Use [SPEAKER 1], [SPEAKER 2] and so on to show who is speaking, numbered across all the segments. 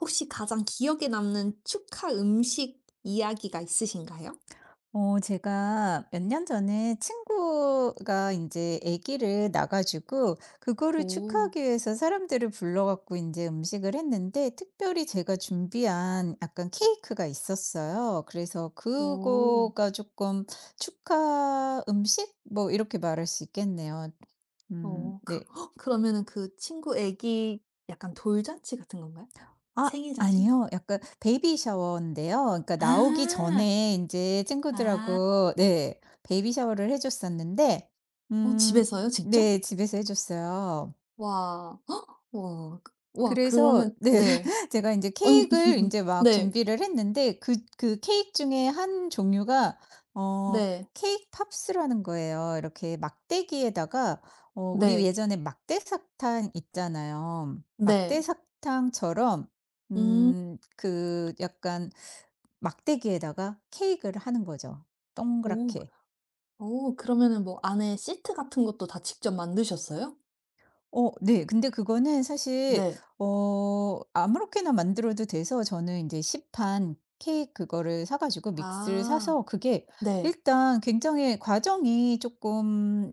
[SPEAKER 1] 혹시 가장 기억에 남는 축하 음식 이야기가 있으신가요?
[SPEAKER 2] 제가 몇 년 전에 친구가 이제 아기를 낳아 가지고 그거를
[SPEAKER 1] 오.
[SPEAKER 2] 축하하기 위해서 사람들을 불러 갖고 이제 음식을 했는데 특별히 제가 준비한 약간 케이크가 있었어요. 그래서
[SPEAKER 1] 오.
[SPEAKER 2] 그거가 조금 축하 음식? 뭐 이렇게 말할 수 있겠네요.
[SPEAKER 1] 어.
[SPEAKER 2] 네.
[SPEAKER 1] 헉, 그러면은 그 친구 애기 약간 돌잔치 같은 건가요?
[SPEAKER 2] 아
[SPEAKER 1] 생일 잔치?
[SPEAKER 2] 아니요. 약간 베이비 샤워인데요. 그러니까 나오기
[SPEAKER 1] 아.
[SPEAKER 2] 전에 인제
[SPEAKER 1] 아.
[SPEAKER 2] 친구들하고 네 베이비 샤워를 해 줬었는데
[SPEAKER 1] 어,
[SPEAKER 2] 음
[SPEAKER 1] 집에서요? 직접?
[SPEAKER 2] 네, 집에서 해 줬어요.
[SPEAKER 1] 와. 헉, 와. 와
[SPEAKER 2] 그래서
[SPEAKER 1] 그러면
[SPEAKER 2] 네.
[SPEAKER 1] 네.
[SPEAKER 2] 제가 이제
[SPEAKER 1] 어,
[SPEAKER 2] 케이크를 이 제 막
[SPEAKER 1] 네.
[SPEAKER 2] 준비를 했는데 그 그케크 중에 한 종류가 어
[SPEAKER 1] 네.
[SPEAKER 2] 케크 팝스라는 거예요. 이렇게 막대기에다가 우리
[SPEAKER 1] 네.
[SPEAKER 2] 예전에 막대 사탕 있잖아요. 막대
[SPEAKER 1] 네.
[SPEAKER 2] 사탕처럼
[SPEAKER 1] 음.
[SPEAKER 2] 그 약간 막대기에다가 케이크를 하는 거죠,
[SPEAKER 1] 오.
[SPEAKER 2] 동그랗게.
[SPEAKER 1] 오, 그러면은 뭐 안에 시트 같은 것도 다 직접 만드셨어요?
[SPEAKER 2] 네. 근데 그거는 사실
[SPEAKER 1] 네.
[SPEAKER 2] 아무렇게나 만들어도 돼서 저는 이제 시판 케이크 그거를 사 가지고 믹스를
[SPEAKER 1] 아.
[SPEAKER 2] 사서 그게
[SPEAKER 1] 네.
[SPEAKER 2] 일단 굉장히 과정이 조금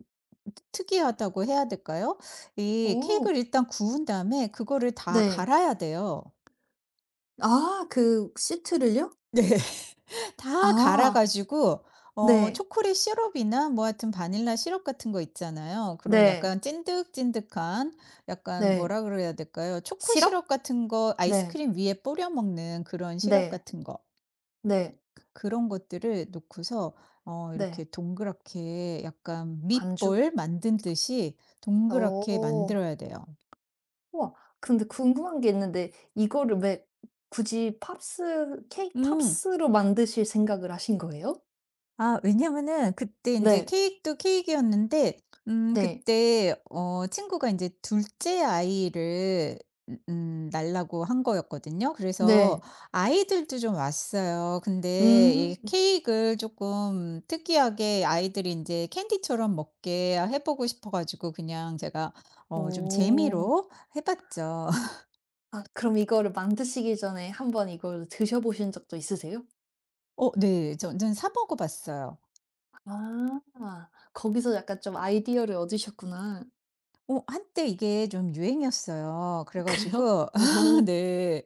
[SPEAKER 2] 특이하다고 해야 될까요? 이
[SPEAKER 1] 오,
[SPEAKER 2] 케이크를 일단 구운 다음에 그거를 다
[SPEAKER 1] 네.
[SPEAKER 2] 갈아야 돼요.
[SPEAKER 1] 아, 그 시트를요?
[SPEAKER 2] 네. 다 갈아
[SPEAKER 1] 아,
[SPEAKER 2] 가지고
[SPEAKER 1] 네.
[SPEAKER 2] 초콜릿 시럽이나 뭐 하여튼 바닐라 시럽 같은 거 있잖아요. 그런
[SPEAKER 1] 네.
[SPEAKER 2] 약간 찐득찐득한 약간
[SPEAKER 1] 네.
[SPEAKER 2] 뭐라 그래야 될까요? 초코
[SPEAKER 1] 시럽?
[SPEAKER 2] 시럽 같은 거,
[SPEAKER 1] 네.
[SPEAKER 2] 아이스크림 위에 뿌려 먹는 그런 시럽
[SPEAKER 1] 네.
[SPEAKER 2] 같은 거.
[SPEAKER 1] 네.
[SPEAKER 2] 그런 것들을 놓고서
[SPEAKER 1] 네.
[SPEAKER 2] 이렇게 동그랗게 약간
[SPEAKER 1] 반죽?
[SPEAKER 2] 밑볼 만든 듯이 동그랗게
[SPEAKER 1] 어.
[SPEAKER 2] 만들어야 돼요.
[SPEAKER 1] 우와. 근데 궁금한 게 있는데 이거를 왜 굳이 팝스 케이크
[SPEAKER 2] 음.
[SPEAKER 1] 팝스로 만드실 생각을 하신 거예요?
[SPEAKER 2] 아, 왜냐면은 그때 인제
[SPEAKER 1] 네.
[SPEAKER 2] 케이크도 케이크였는데
[SPEAKER 1] 네.
[SPEAKER 2] 그때 친구가 인제 둘째 아이를 낳으려고 한 거였거든요.
[SPEAKER 1] 네.
[SPEAKER 2] 그래서 아이들도 좀 왔어요. 근데
[SPEAKER 1] 음.
[SPEAKER 2] 이 케이크를 쪼끔 특이하게 아이들이 인제 캔디처럼 먹게 해 보고 싶어 가지고 그냥 제가 좀
[SPEAKER 1] 오.
[SPEAKER 2] 재미로 해 봤죠.
[SPEAKER 1] 아, 그럼 이거를 만드시기 전에 한번 이걸 드셔 보신 적도 있으세요?
[SPEAKER 2] 네. 저는 사 먹어 봤어요.
[SPEAKER 1] 아, 거기서 약간 좀 아이디어를 얻으셨구나.
[SPEAKER 2] 한때 이게 좀 유행이었어요. 그래
[SPEAKER 1] 그래요?
[SPEAKER 2] 가지고
[SPEAKER 1] 오.
[SPEAKER 2] 네.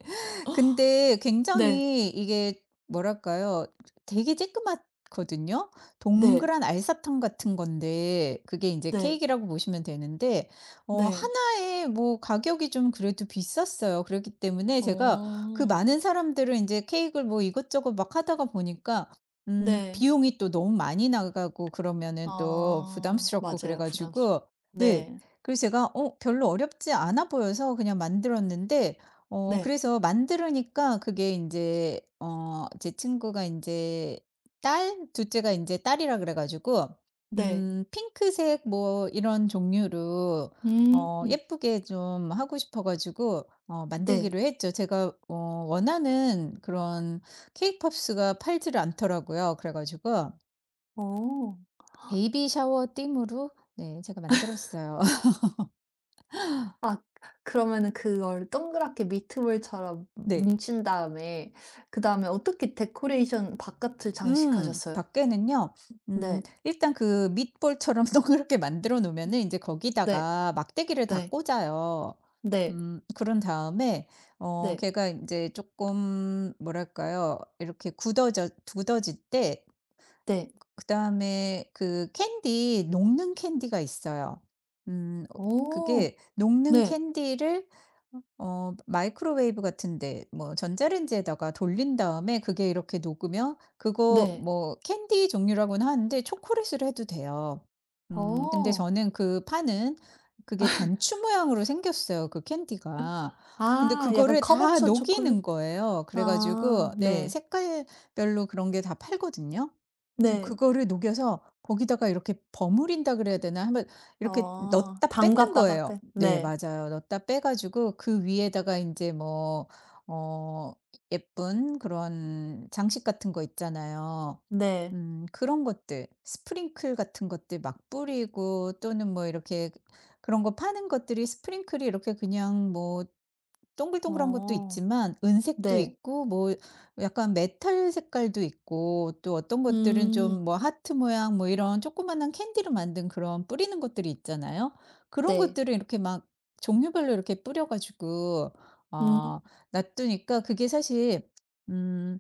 [SPEAKER 2] 근데
[SPEAKER 1] 네.
[SPEAKER 2] 굉장히 이게 뭐랄까요? 되게 쬐끄맣거든요.
[SPEAKER 1] 네.
[SPEAKER 2] 동그란 알사탕 같은 건데 그게 이제
[SPEAKER 1] 네.
[SPEAKER 2] 케이크라고 보시면 되는데
[SPEAKER 1] 네.
[SPEAKER 2] 하나에 뭐 가격이 좀 그래도 비쌌어요. 그렇기 때문에 제가 그
[SPEAKER 1] 어.
[SPEAKER 2] 많은 사람들을 이제 케이크를 뭐 이것저것 막 하다가 보니까
[SPEAKER 1] 네.
[SPEAKER 2] 비용이 또 너무 많이 나가고 그러면은 또
[SPEAKER 1] 아,
[SPEAKER 2] 부담스럽고 그래
[SPEAKER 1] 맞아요. 부담스러
[SPEAKER 2] 가지고 네.
[SPEAKER 1] 네.
[SPEAKER 2] 그래서 제가 별로 어렵지 않아 보여서 그냥 만들었는데
[SPEAKER 1] 네.
[SPEAKER 2] 그래서 만들으니까 그게 이제 제 친구가 이제 딸 둘째가 이제 딸이라 그래 가지고
[SPEAKER 1] 네.
[SPEAKER 2] 핑크색 뭐 이런 종류로
[SPEAKER 1] 음.
[SPEAKER 2] 예쁘게 좀 하고 싶어 가지고
[SPEAKER 1] 네.
[SPEAKER 2] 만들기로 했죠. 제가 원하는 그런 케이 팝스가 팔지를 않더라고요. 그래 가지고
[SPEAKER 1] 어.
[SPEAKER 2] 베이비 샤워 띠으로 네, 제가 만들었어요.
[SPEAKER 1] 아, 그러면은 그걸 동그랗게 미트볼처럼
[SPEAKER 2] 네.
[SPEAKER 1] 뭉친 다음에 그다음에 어떻게 데코레이션 바깥을
[SPEAKER 2] 음.
[SPEAKER 1] 장식하셨어요?
[SPEAKER 2] 밖에는요
[SPEAKER 1] 네.
[SPEAKER 2] 일단 그 밑볼처럼 동그랗게 만들어 놓으면은 이제
[SPEAKER 1] 네.
[SPEAKER 2] 거기다가 막대기를 다
[SPEAKER 1] 네.
[SPEAKER 2] 꽂아요.
[SPEAKER 1] 네.
[SPEAKER 2] 그런 다음에
[SPEAKER 1] 네.
[SPEAKER 2] 걔가 이제 조금 뭐랄까요? 이렇게 굳어져 굳어질 때
[SPEAKER 1] 네.
[SPEAKER 2] 그다음에 그 캔디, 녹는 캔디가 있어요. 음 어
[SPEAKER 1] 어.
[SPEAKER 2] 그게 녹는
[SPEAKER 1] 네.
[SPEAKER 2] 캔디를 마이크로웨이브 같은 데, 뭐 전자레인지에다가 돌린 다음에 그게 이렇게 녹으면 그거
[SPEAKER 1] 네.
[SPEAKER 2] 뭐 캔디 종류라고는 하는데 초콜릿으로 해도 돼요. 근데
[SPEAKER 1] 어.
[SPEAKER 2] 저는 그 파는 그게 단추 모양으로 생겼어요, 그 캔디가. 근데
[SPEAKER 1] 아, 약간
[SPEAKER 2] 그거를 다
[SPEAKER 1] 커버처 초콜릿?
[SPEAKER 2] 녹이는 거예요. 그래 가지고
[SPEAKER 1] 아,
[SPEAKER 2] 네,
[SPEAKER 1] 네.
[SPEAKER 2] 색깔별로 그런 게 다 팔거든요. 저
[SPEAKER 1] 네.
[SPEAKER 2] 그거를 녹여서 거기다가 이렇게 버무린다 그래야 되나? 한번 이렇게
[SPEAKER 1] 어,
[SPEAKER 2] 넣었다 뺏는
[SPEAKER 1] 담갔다가
[SPEAKER 2] 거예요.
[SPEAKER 1] 뺀.
[SPEAKER 2] 네,
[SPEAKER 1] 네.
[SPEAKER 2] 맞아요. 넣었다 빼 가지고 그 위에다가 인제 뭐 어 예쁜 그런 장식 같은 거 있잖아요.
[SPEAKER 1] 네.
[SPEAKER 2] 그런 것들 스프링클 같은 것들 막 뿌리고, 또는 뭐 이렇게 그런 거 파는 것들이, 스프링클이 이렇게 그냥 뭐 동글동글한 것도
[SPEAKER 1] 어.
[SPEAKER 2] 있지만 은색도
[SPEAKER 1] 네.
[SPEAKER 2] 있고, 뭐 약간 메탈 색깔도 있고, 또 어떤 것들은
[SPEAKER 1] 음.
[SPEAKER 2] 좀 뭐 하트 모양 뭐 이런 조그마한 캔디로 만든 그런 뿌리는 것들이 있잖아요. 그런
[SPEAKER 1] 네.
[SPEAKER 2] 것들을 이렇게 막 종류별로 이렇게 뿌려 가지고
[SPEAKER 1] 음.
[SPEAKER 2] 어 놔두니까 그게 사실 음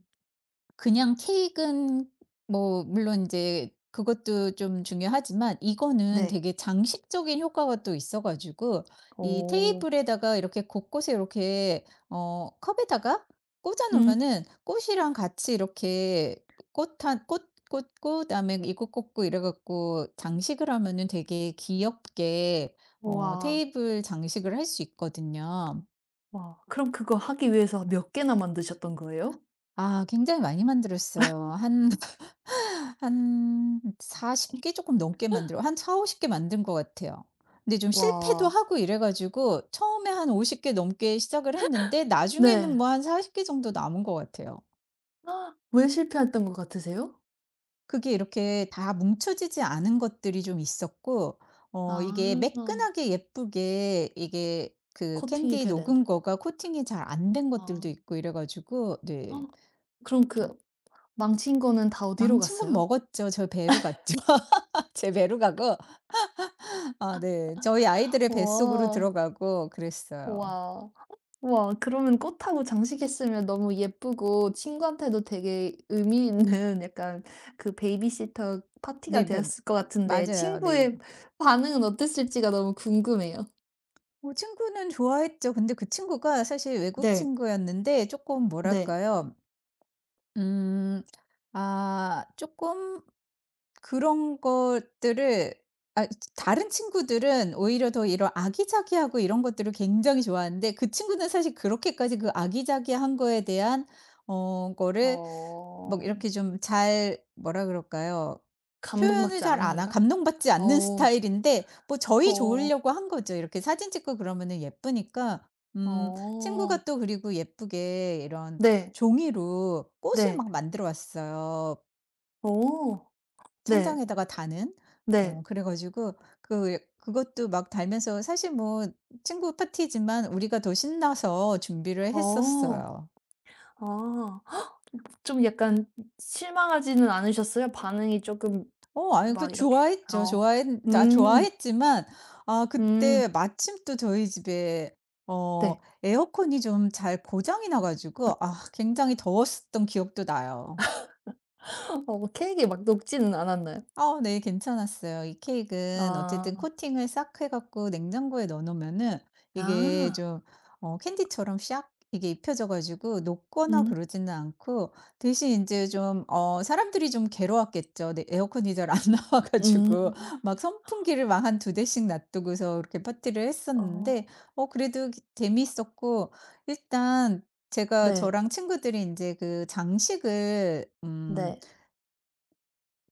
[SPEAKER 2] 그냥 케익은 뭐 물론 이제 그것도 좀 중요하지만, 이거는
[SPEAKER 1] 네.
[SPEAKER 2] 되게 장식적인 효과가 또 있어 가지고 이
[SPEAKER 1] 오.
[SPEAKER 2] 테이블에다가 이렇게 곳곳에 이렇게 컵에다가 꽂아
[SPEAKER 1] 음.
[SPEAKER 2] 놓으면은, 꽃이랑 같이 이렇게 꽃 한 꽃 꽂고 그다음에 이거 꽂고 이래 갖고 장식을 하면은 되게 귀엽게
[SPEAKER 1] 와.
[SPEAKER 2] 테이블 장식을 할 수 있거든요.
[SPEAKER 1] 와. 그럼 그거 하기 위해서 몇 개나 만드셨던 거예요?
[SPEAKER 2] 아, 굉장히 많이 만들었어요. 한 한 40개 조금 넘게 만들어, 한 40-50개 만든 것 같아요. 근데 좀 실패도
[SPEAKER 1] 와.
[SPEAKER 2] 하고 이래 가지고 처음에 한 50개 넘게 시작을 했는데, 나중에는
[SPEAKER 1] 네.
[SPEAKER 2] 뭐 한 40개 정도 남은 것 같아요.
[SPEAKER 1] 왜 실패했던 것 같으세요?
[SPEAKER 2] 그게 이렇게 다 뭉쳐지지 않은 것들이 좀 있었고 이게
[SPEAKER 1] 아.
[SPEAKER 2] 매끈하게 예쁘게, 이게 그
[SPEAKER 1] 코팅이
[SPEAKER 2] 캔디
[SPEAKER 1] 돼야 되는데.
[SPEAKER 2] 녹은 거가 코팅이 잘 안 된 것들도
[SPEAKER 1] 아.
[SPEAKER 2] 있고 이래 가지고 네,
[SPEAKER 1] 그럼
[SPEAKER 2] 좀.
[SPEAKER 1] 그 망친 거는 다 어디로
[SPEAKER 2] 망친 건
[SPEAKER 1] 갔어요?
[SPEAKER 2] 먹었죠. 저 배로 갔죠. 제 배로 가고, 아 네. 저희 아이들의 뱃속으로
[SPEAKER 1] 우와.
[SPEAKER 2] 들어가고 그랬어요.
[SPEAKER 1] 우와. 우와, 그러면 꽃하고 장식했으면 너무 예쁘고 친구한테도 되게 의미 있는 약간 그 베이비시터 파티가
[SPEAKER 2] 네 뱀
[SPEAKER 1] 되었을 것 같은데
[SPEAKER 2] 맞아요. 네.
[SPEAKER 1] 친구의 반응은 어땠을지가 너무 궁금해요.
[SPEAKER 2] 뭐 친구는 좋아했죠. 근데 그 친구가 사실 외국
[SPEAKER 1] 네.
[SPEAKER 2] 친구였는데 쪼끔
[SPEAKER 1] 네.
[SPEAKER 2] 뭐랄까요? 음. 아 조금 그런 것들을 아 다른 친구들은 오히려 더 이런 아기자기하고 이런 것들을 굉장히 좋아하는데 그 친구는 사실 그렇게까지 그 아기자기한 거에 대한 거를 막
[SPEAKER 1] 어.
[SPEAKER 2] 이렇게 좀 잘 뭐라 그럴까요? 표현을
[SPEAKER 1] 감동받지
[SPEAKER 2] 잘 안 하
[SPEAKER 1] 않은가?
[SPEAKER 2] 감동받지 않는
[SPEAKER 1] 어.
[SPEAKER 2] 스타일인데, 뭐 저희
[SPEAKER 1] 어.
[SPEAKER 2] 좋으려고 한 거죠. 이렇게 사진 찍고 그러면은 예쁘니까. 음
[SPEAKER 1] 어.
[SPEAKER 2] 친구가 또 그리고 예쁘게 이런
[SPEAKER 1] 네.
[SPEAKER 2] 종이로 꽃을
[SPEAKER 1] 네.
[SPEAKER 2] 막 만들어 왔어요,
[SPEAKER 1] 오. 네.
[SPEAKER 2] 천장에다가 다는.
[SPEAKER 1] 네.
[SPEAKER 2] 그래 가지고 그 그것도 막 달면서, 사실 뭐 친구 파티지만 우리가 더 신나서 준비를
[SPEAKER 1] 어.
[SPEAKER 2] 했었어요.
[SPEAKER 1] 아. 좀 약간 실망하지는 않으셨어요? 반응이 조금
[SPEAKER 2] 아니, 그
[SPEAKER 1] 막 이렇게.
[SPEAKER 2] 좋아했죠.
[SPEAKER 1] 어.
[SPEAKER 2] 좋아했 아
[SPEAKER 1] 음.
[SPEAKER 2] 좋아했지만 아
[SPEAKER 1] 음.
[SPEAKER 2] 그때 마침 또 저희 집에 어
[SPEAKER 1] 네.
[SPEAKER 2] 에어컨이 좀 잘 고장이 나 가지고 아, 굉장히 더웠었던 기억도 나요.
[SPEAKER 1] 어, 뭐 케익이 막 녹지는 않았나요?
[SPEAKER 2] 네, 괜찮았어요. 이 케익은 어쨌든
[SPEAKER 1] 아.
[SPEAKER 2] 코팅을 싹 해 갖고 냉장고에 넣어 놓으면은 이게
[SPEAKER 1] 아.
[SPEAKER 2] 좀 캔디처럼 샥 이게 입혀져 가지고 녹거나
[SPEAKER 1] 음.
[SPEAKER 2] 그러지는 않고, 대신 이제 좀 사람들이 좀 괴로웠겠죠. 네, 에어컨이 잘 안 나와 가지고
[SPEAKER 1] 음.
[SPEAKER 2] 막 선풍기를 막 한 두 대씩 놔두고서 이렇게 파티를 했었는데,
[SPEAKER 1] 어.
[SPEAKER 2] 그래도 기 재미있었고 일단 제가,
[SPEAKER 1] 네.
[SPEAKER 2] 저랑 친구들이 이제 그 장식을
[SPEAKER 1] 네.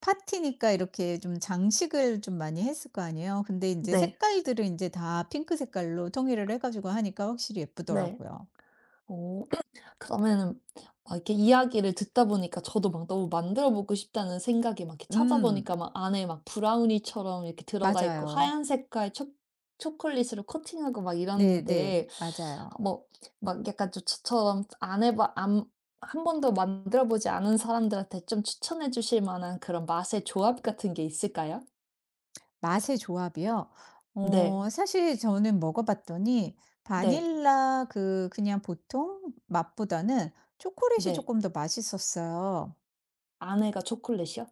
[SPEAKER 2] 파티니까 이렇게 좀 장식을 좀 많이 했을 거 아니에요. 근데 인제
[SPEAKER 1] 네.
[SPEAKER 2] 색깔들을 인제 다 핑크 색깔로 통일을 해 가지고 하니까 확실히
[SPEAKER 1] 네.
[SPEAKER 2] 예쁘더라고요.
[SPEAKER 1] 어. 그다음에는 막 이렇게 이야기를 듣다 보니까 저도 막 너무 만들어 보고 싶다는 생각이 막. 이렇게
[SPEAKER 2] 음.
[SPEAKER 1] 찾아보니까 막 안에 막 브라우니처럼 이렇게 들어가 있고
[SPEAKER 2] 맞아요.
[SPEAKER 1] 하얀 색깔 초 초콜릿으로 코팅하고 막
[SPEAKER 2] 네네,
[SPEAKER 1] 이러는데
[SPEAKER 2] 맞아요.
[SPEAKER 1] 뭐 막 약간 저처럼 안 한 번도 만들어 보지 않은 사람들한테 좀 추천해 주실 만한 그런 맛의 조합 같은 게 있을까요?
[SPEAKER 2] 맛의 조합이요?
[SPEAKER 1] 네.
[SPEAKER 2] 사실 저는 먹어 봤더니
[SPEAKER 1] 네.
[SPEAKER 2] 바닐라 그 그냥 보통 맛보다는 초콜릿이
[SPEAKER 1] 네.
[SPEAKER 2] 쪼끔 더 맛있었어요.
[SPEAKER 1] 안에가 초콜릿이요?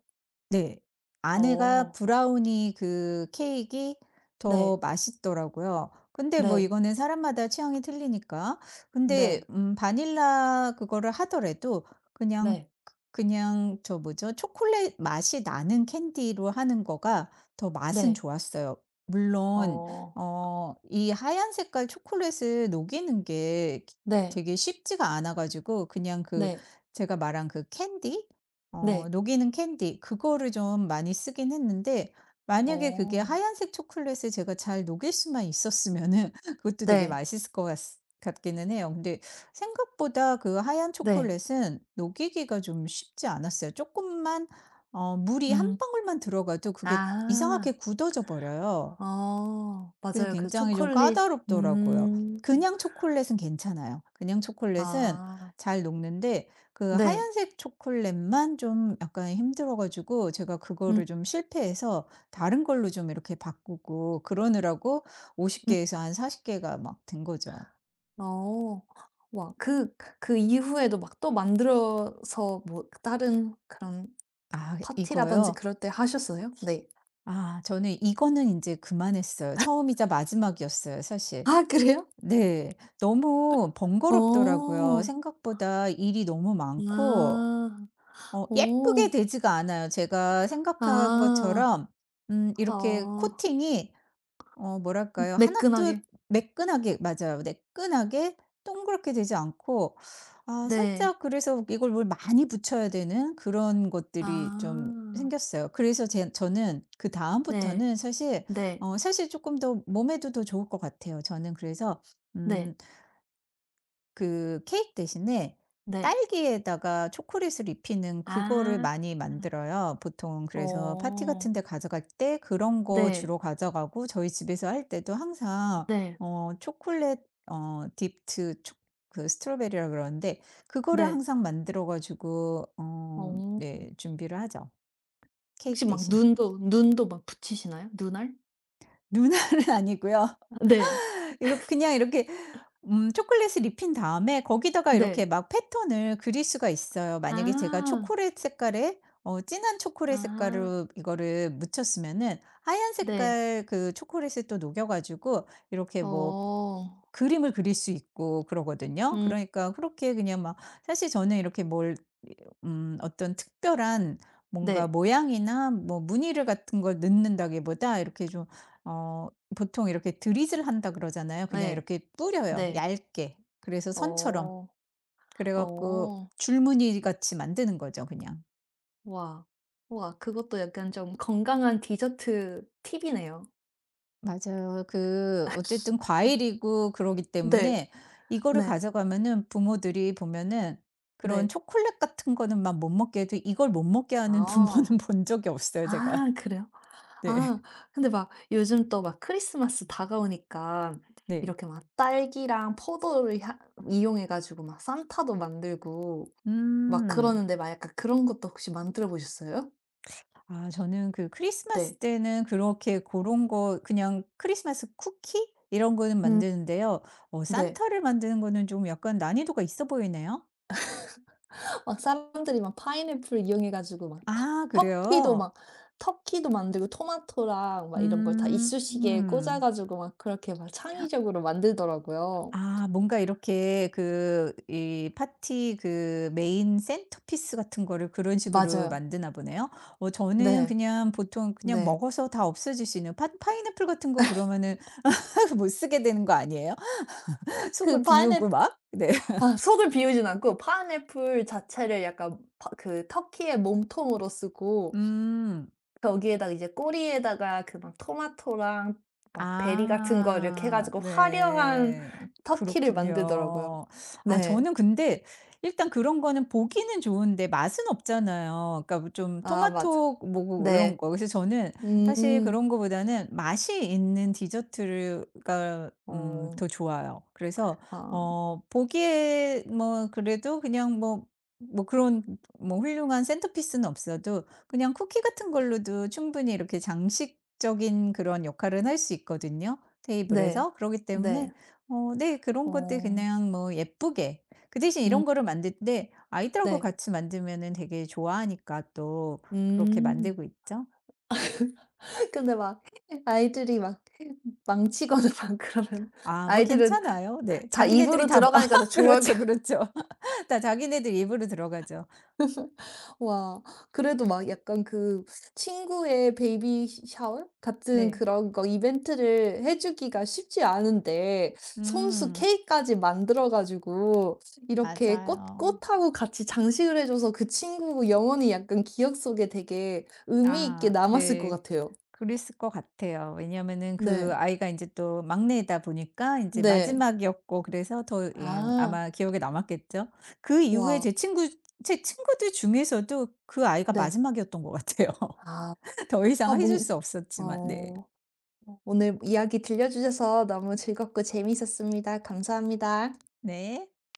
[SPEAKER 2] 네. 아내가
[SPEAKER 1] 어.
[SPEAKER 2] 브라우니 그케크이더
[SPEAKER 1] 네.
[SPEAKER 2] 맛있더라고요. 근데 뭐
[SPEAKER 1] 네.
[SPEAKER 2] 이거는 사람마다 취향이 틀리니까. 근데
[SPEAKER 1] 네.
[SPEAKER 2] 바닐라 그거를 하더라도 그냥
[SPEAKER 1] 네.
[SPEAKER 2] 그 그냥 저 뭐죠? 초콜릿 맛이 나는 캔디로 하는 거가 더 맛은
[SPEAKER 1] 네.
[SPEAKER 2] 좋았어요. 물론
[SPEAKER 1] 어.
[SPEAKER 2] 이 하얀 색깔 초콜릿을 녹이는 게
[SPEAKER 1] 네.
[SPEAKER 2] 되게 쉽지가 않아 가지고 그냥 그
[SPEAKER 1] 네.
[SPEAKER 2] 제가 말한 그 캔디?
[SPEAKER 1] 네.
[SPEAKER 2] 녹이는 캔디, 그거를 좀 많이 쓰긴 했는데, 만약에 그게
[SPEAKER 1] 어.
[SPEAKER 2] 하얀색 초콜릿을 제가 잘 녹일 수만 있었으면은 그것도 되게
[SPEAKER 1] 네.
[SPEAKER 2] 맛있을 것 같 같기는 해요. 근데 생각보다 그 하얀
[SPEAKER 1] 네.
[SPEAKER 2] 초콜릿은 녹이기가 좀 쉽지 않았어요. 조금만 물이 한
[SPEAKER 1] 음.
[SPEAKER 2] 방울만 들어가도 그게
[SPEAKER 1] 아.
[SPEAKER 2] 이상하게 굳어져 버려요.
[SPEAKER 1] 어.
[SPEAKER 2] 그래서
[SPEAKER 1] 맞아요. 그
[SPEAKER 2] 굉장히 좀
[SPEAKER 1] 초콜릿.
[SPEAKER 2] 까다롭더라고요.
[SPEAKER 1] 음.
[SPEAKER 2] 그냥 초콜릿은 괜찮아요. 그냥 초콜릿은
[SPEAKER 1] 아.
[SPEAKER 2] 잘 녹는데, 그
[SPEAKER 1] 네.
[SPEAKER 2] 하얀색 초콜릿만 좀 약간 힘들어 가지고 제가
[SPEAKER 1] 음.
[SPEAKER 2] 그거를 좀 실패해서 다른 걸로 좀 이렇게 바꾸고 그러느라고 50
[SPEAKER 1] 음.
[SPEAKER 2] 개에서 한 40 개가 막 된 거죠.
[SPEAKER 1] 어. 와, 그 이후에도 막 또 만들어서 뭐 다른 그런
[SPEAKER 2] 아,
[SPEAKER 1] 파티라든지
[SPEAKER 2] 이거요?
[SPEAKER 1] 그럴 때 하셨어요? 네.
[SPEAKER 2] 아 저는 이거는 인제 그만했어요. 처음이자 마지막이었어요, 사실.
[SPEAKER 1] 아, 그래요?
[SPEAKER 2] 네. 너무 번거롭더라고요.
[SPEAKER 1] 어.
[SPEAKER 2] 생각보다 일이 너무 많고
[SPEAKER 1] 아.
[SPEAKER 2] 예쁘게
[SPEAKER 1] 어.
[SPEAKER 2] 되지가 않아요. 제가 생각한
[SPEAKER 1] 아.
[SPEAKER 2] 것처럼 이렇게
[SPEAKER 1] 어.
[SPEAKER 2] 코팅이 뭐랄까요? 하나도
[SPEAKER 1] 매끈하게.
[SPEAKER 2] 매끈하게 맞아요. 매끈하게 동그랗게 되지 않고, 아
[SPEAKER 1] 네.
[SPEAKER 2] 살짝, 그래서 이걸 뭘 많이 붙여야 되는 그런 것들이 좀
[SPEAKER 1] 아.
[SPEAKER 2] 생겼어요. 그래서 제 저는
[SPEAKER 1] 네.
[SPEAKER 2] 그다음부터는 사실
[SPEAKER 1] 네.
[SPEAKER 2] 사실 조금 더 몸에도 더 좋을 것 같아요. 저는 그래서
[SPEAKER 1] 네.
[SPEAKER 2] 음 그 케이크 대신에
[SPEAKER 1] 네.
[SPEAKER 2] 딸기에다가 초콜릿을 입히는 그거를
[SPEAKER 1] 아.
[SPEAKER 2] 많이 만들어요. 보통 그래서 파티
[SPEAKER 1] 어.
[SPEAKER 2] 같은 데 가져갈 때 그런 거
[SPEAKER 1] 네.
[SPEAKER 2] 주로 가져가고, 저희 집에서 할 때도 항상
[SPEAKER 1] 네.
[SPEAKER 2] 어 초콜릿 어 디프트 초 그 스트로베리라 그러는데, 그거를
[SPEAKER 1] 네.
[SPEAKER 2] 항상 만들어 가지고
[SPEAKER 1] 어.
[SPEAKER 2] 네, 준비를 하죠,
[SPEAKER 1] 혹시
[SPEAKER 2] 케이크
[SPEAKER 1] 막
[SPEAKER 2] 대신.
[SPEAKER 1] 눈도 막 붙이시나요? 눈알?
[SPEAKER 2] 누나는 아니고요.
[SPEAKER 1] 아, 네.
[SPEAKER 2] 이렇 그냥 이렇게 초콜릿을 입힌 다음에 거기다가 이렇게
[SPEAKER 1] 네.
[SPEAKER 2] 막 패턴을 그릴 수가 있어요. 만약에 제가
[SPEAKER 1] 아.
[SPEAKER 2] 초콜릿 색깔에 진한 초콜릿
[SPEAKER 1] 아.
[SPEAKER 2] 색깔로 이거를 묻혔으면은 하얀
[SPEAKER 1] 네.
[SPEAKER 2] 색깔 그 초콜릿을 또 녹여 가지고 이렇게 뭐
[SPEAKER 1] 어.
[SPEAKER 2] 그림을 그릴 수 있고 그러거든요.
[SPEAKER 1] 음.
[SPEAKER 2] 그러니까 그렇게 그냥 막 사실 저는 이렇게 뭘 어떤 특별한 뭔가
[SPEAKER 1] 네.
[SPEAKER 2] 모양이나 뭐 무늬를 같은 걸 넣는다기보다 이렇게 좀 어 보통 이렇게 드리즐 한다 그러잖아요. 그냥
[SPEAKER 1] 네,
[SPEAKER 2] 이렇게 뿌려요,
[SPEAKER 1] 네.
[SPEAKER 2] 얇게. 그래서 선처럼.
[SPEAKER 1] 어.
[SPEAKER 2] 그래 갖고
[SPEAKER 1] 어.
[SPEAKER 2] 줄무늬 같이 만드는 거죠, 그냥.
[SPEAKER 1] 와. 와, 그것도 약간 좀 건강한 디저트 팁이네요.
[SPEAKER 2] 맞아요. 그 어쨌든 과일이고 그러기
[SPEAKER 1] 네.
[SPEAKER 2] 때문에 이거를
[SPEAKER 1] 네.
[SPEAKER 2] 가져가면은 부모들이 보면은 그런
[SPEAKER 1] 네.
[SPEAKER 2] 초콜릿 같은 거는 막 못 먹게 해도 이걸 못 먹게 하는
[SPEAKER 1] 아.
[SPEAKER 2] 부모는 본 적이 없어요, 제가.
[SPEAKER 1] 아, 그래요?
[SPEAKER 2] 네.
[SPEAKER 1] 아, 근데 막 요즘 또 막 크리스마스 다가오니까
[SPEAKER 2] 네.
[SPEAKER 1] 이렇게 막 딸기랑 포도를 향 이용해 가지고 막 산타도 만들고 막
[SPEAKER 2] 음.
[SPEAKER 1] 그러는데 막 약간 그런 것도 혹시 만들어 보셨어요?
[SPEAKER 2] 아 저는 그 크리스마스
[SPEAKER 1] 네.
[SPEAKER 2] 때는 그렇게 그런 거 그냥 크리스마스 쿠키 이런 거는
[SPEAKER 1] 음.
[SPEAKER 2] 만드는데요.
[SPEAKER 1] 네.
[SPEAKER 2] 산타를 만드는 거는 좀 약간 난이도가 있어 보이네요.
[SPEAKER 1] 막 사람들이 막 파인애플 이용해 가지고 막 터
[SPEAKER 2] 아
[SPEAKER 1] 터키도
[SPEAKER 2] 그래요?
[SPEAKER 1] 막 터키도 만들고 토마토랑 막 이런 걸 다 이쑤시개에 꽂아
[SPEAKER 2] 음.
[SPEAKER 1] 가지고 막 그렇게 막 창의적으로 만들더라고요.
[SPEAKER 2] 아 뭔가 이렇게 그 이 파티 그 메인 센터피스 같은 거를 그런 식으로
[SPEAKER 1] 맞아요.
[SPEAKER 2] 만드나 보네요. 저는
[SPEAKER 1] 네.
[SPEAKER 2] 그냥 보통 그냥
[SPEAKER 1] 네.
[SPEAKER 2] 먹어서 다 없어질 수 있는 파 파인애플 같은 거 그러면은 못 쓰게 되는 거 아니에요?
[SPEAKER 1] 그
[SPEAKER 2] 속을
[SPEAKER 1] 파인애
[SPEAKER 2] 비우고
[SPEAKER 1] 플.
[SPEAKER 2] 막. 네.
[SPEAKER 1] 아, 속을 비우진 않고 파인애플 자체를 약간 파 그 터키의 몸통으로 쓰고
[SPEAKER 2] 음.
[SPEAKER 1] 거기에다가 이제 꼬리에다가 그 막 토마토랑 막 베리 같은 거 이렇게 해
[SPEAKER 2] 아
[SPEAKER 1] 가지고 화려한
[SPEAKER 2] 네.
[SPEAKER 1] 터키를 만들더라고요.
[SPEAKER 2] 그렇군요. 아
[SPEAKER 1] 네.
[SPEAKER 2] 저는 근데 일단 그런 거는 보기는 좋은데 맛은 없잖아요. 그러니까 뭐좀
[SPEAKER 1] 아, 맞아.
[SPEAKER 2] 토마토 뭐 뭐 이런
[SPEAKER 1] 네.
[SPEAKER 2] 거. 그래서 저는 사실
[SPEAKER 1] 음.
[SPEAKER 2] 그런 거보다는 맛이 있는 디저트가
[SPEAKER 1] 어.
[SPEAKER 2] 더 좋아요. 그래서
[SPEAKER 1] 아,
[SPEAKER 2] 보기에 뭐 그래도 그냥 그런 뭐 훌륭한 센터피스는 없어도 그냥 쿠키 같은 걸로도 충분히 이렇게 장식적인 그런 역할은 할 수 있거든요,
[SPEAKER 1] 네.
[SPEAKER 2] 테이블에서. 그러기
[SPEAKER 1] 네.
[SPEAKER 2] 때문에 네, 그런 것들
[SPEAKER 1] 어.
[SPEAKER 2] 그냥 뭐 예쁘게 그 대신
[SPEAKER 1] 음,
[SPEAKER 2] 이런 거를 만들 때 아이들하고
[SPEAKER 1] 네.
[SPEAKER 2] 같이 만들면은 되게 좋아하니까 또 그렇게
[SPEAKER 1] 음.
[SPEAKER 2] 만들고 있죠.
[SPEAKER 1] 근데 막 아이들이 막 망치거나 막 그러면
[SPEAKER 2] 아 뭐
[SPEAKER 1] 아이들은
[SPEAKER 2] 괜찮아요. 네.
[SPEAKER 1] 다
[SPEAKER 2] 자기네들이
[SPEAKER 1] 입으로
[SPEAKER 2] 다 뭐
[SPEAKER 1] 들어가니까 다 좋아할.
[SPEAKER 2] 그렇죠, 그렇죠. 다 자기네들 입으로 들어가죠.
[SPEAKER 1] 와. 그래도 막 약간 그 친구의 베이비 시 샤워 같은
[SPEAKER 2] 네.
[SPEAKER 1] 그런 거 이벤트를 해 주기가 쉽지 않은데 손수
[SPEAKER 2] 음.
[SPEAKER 1] 케크까지 만들어 가지고 이렇게 꽃
[SPEAKER 2] 맞아요.
[SPEAKER 1] 꽃하고 같이 장식을 해 줘서 그 친구 영원히 약간 기억 속에 되게 의미 있게
[SPEAKER 2] 아
[SPEAKER 1] 남았을 것
[SPEAKER 2] 네. 그,
[SPEAKER 1] 같아요.
[SPEAKER 2] 그랬을 것 같아요. 왜냐면은 그
[SPEAKER 1] 네.
[SPEAKER 2] 아이가 이제 또 막내이다 보니까 이제
[SPEAKER 1] 네.
[SPEAKER 2] 마지막이었고 그래서 더
[SPEAKER 1] 아.
[SPEAKER 2] 아마 기억에 남았겠죠. 그 이후에
[SPEAKER 1] 와.
[SPEAKER 2] 제 친구들 중에서도 그 아이가
[SPEAKER 1] 네.
[SPEAKER 2] 마지막이었던 것 같아요.
[SPEAKER 1] 아.
[SPEAKER 2] 더
[SPEAKER 1] 아
[SPEAKER 2] 이상 해줄
[SPEAKER 1] 뭔
[SPEAKER 2] 수 없었지만. 네.
[SPEAKER 1] 어. 오늘 이야기 들려 주셔서 너무 즐겁고 재미있었습니다. 감사합니다.
[SPEAKER 2] 네.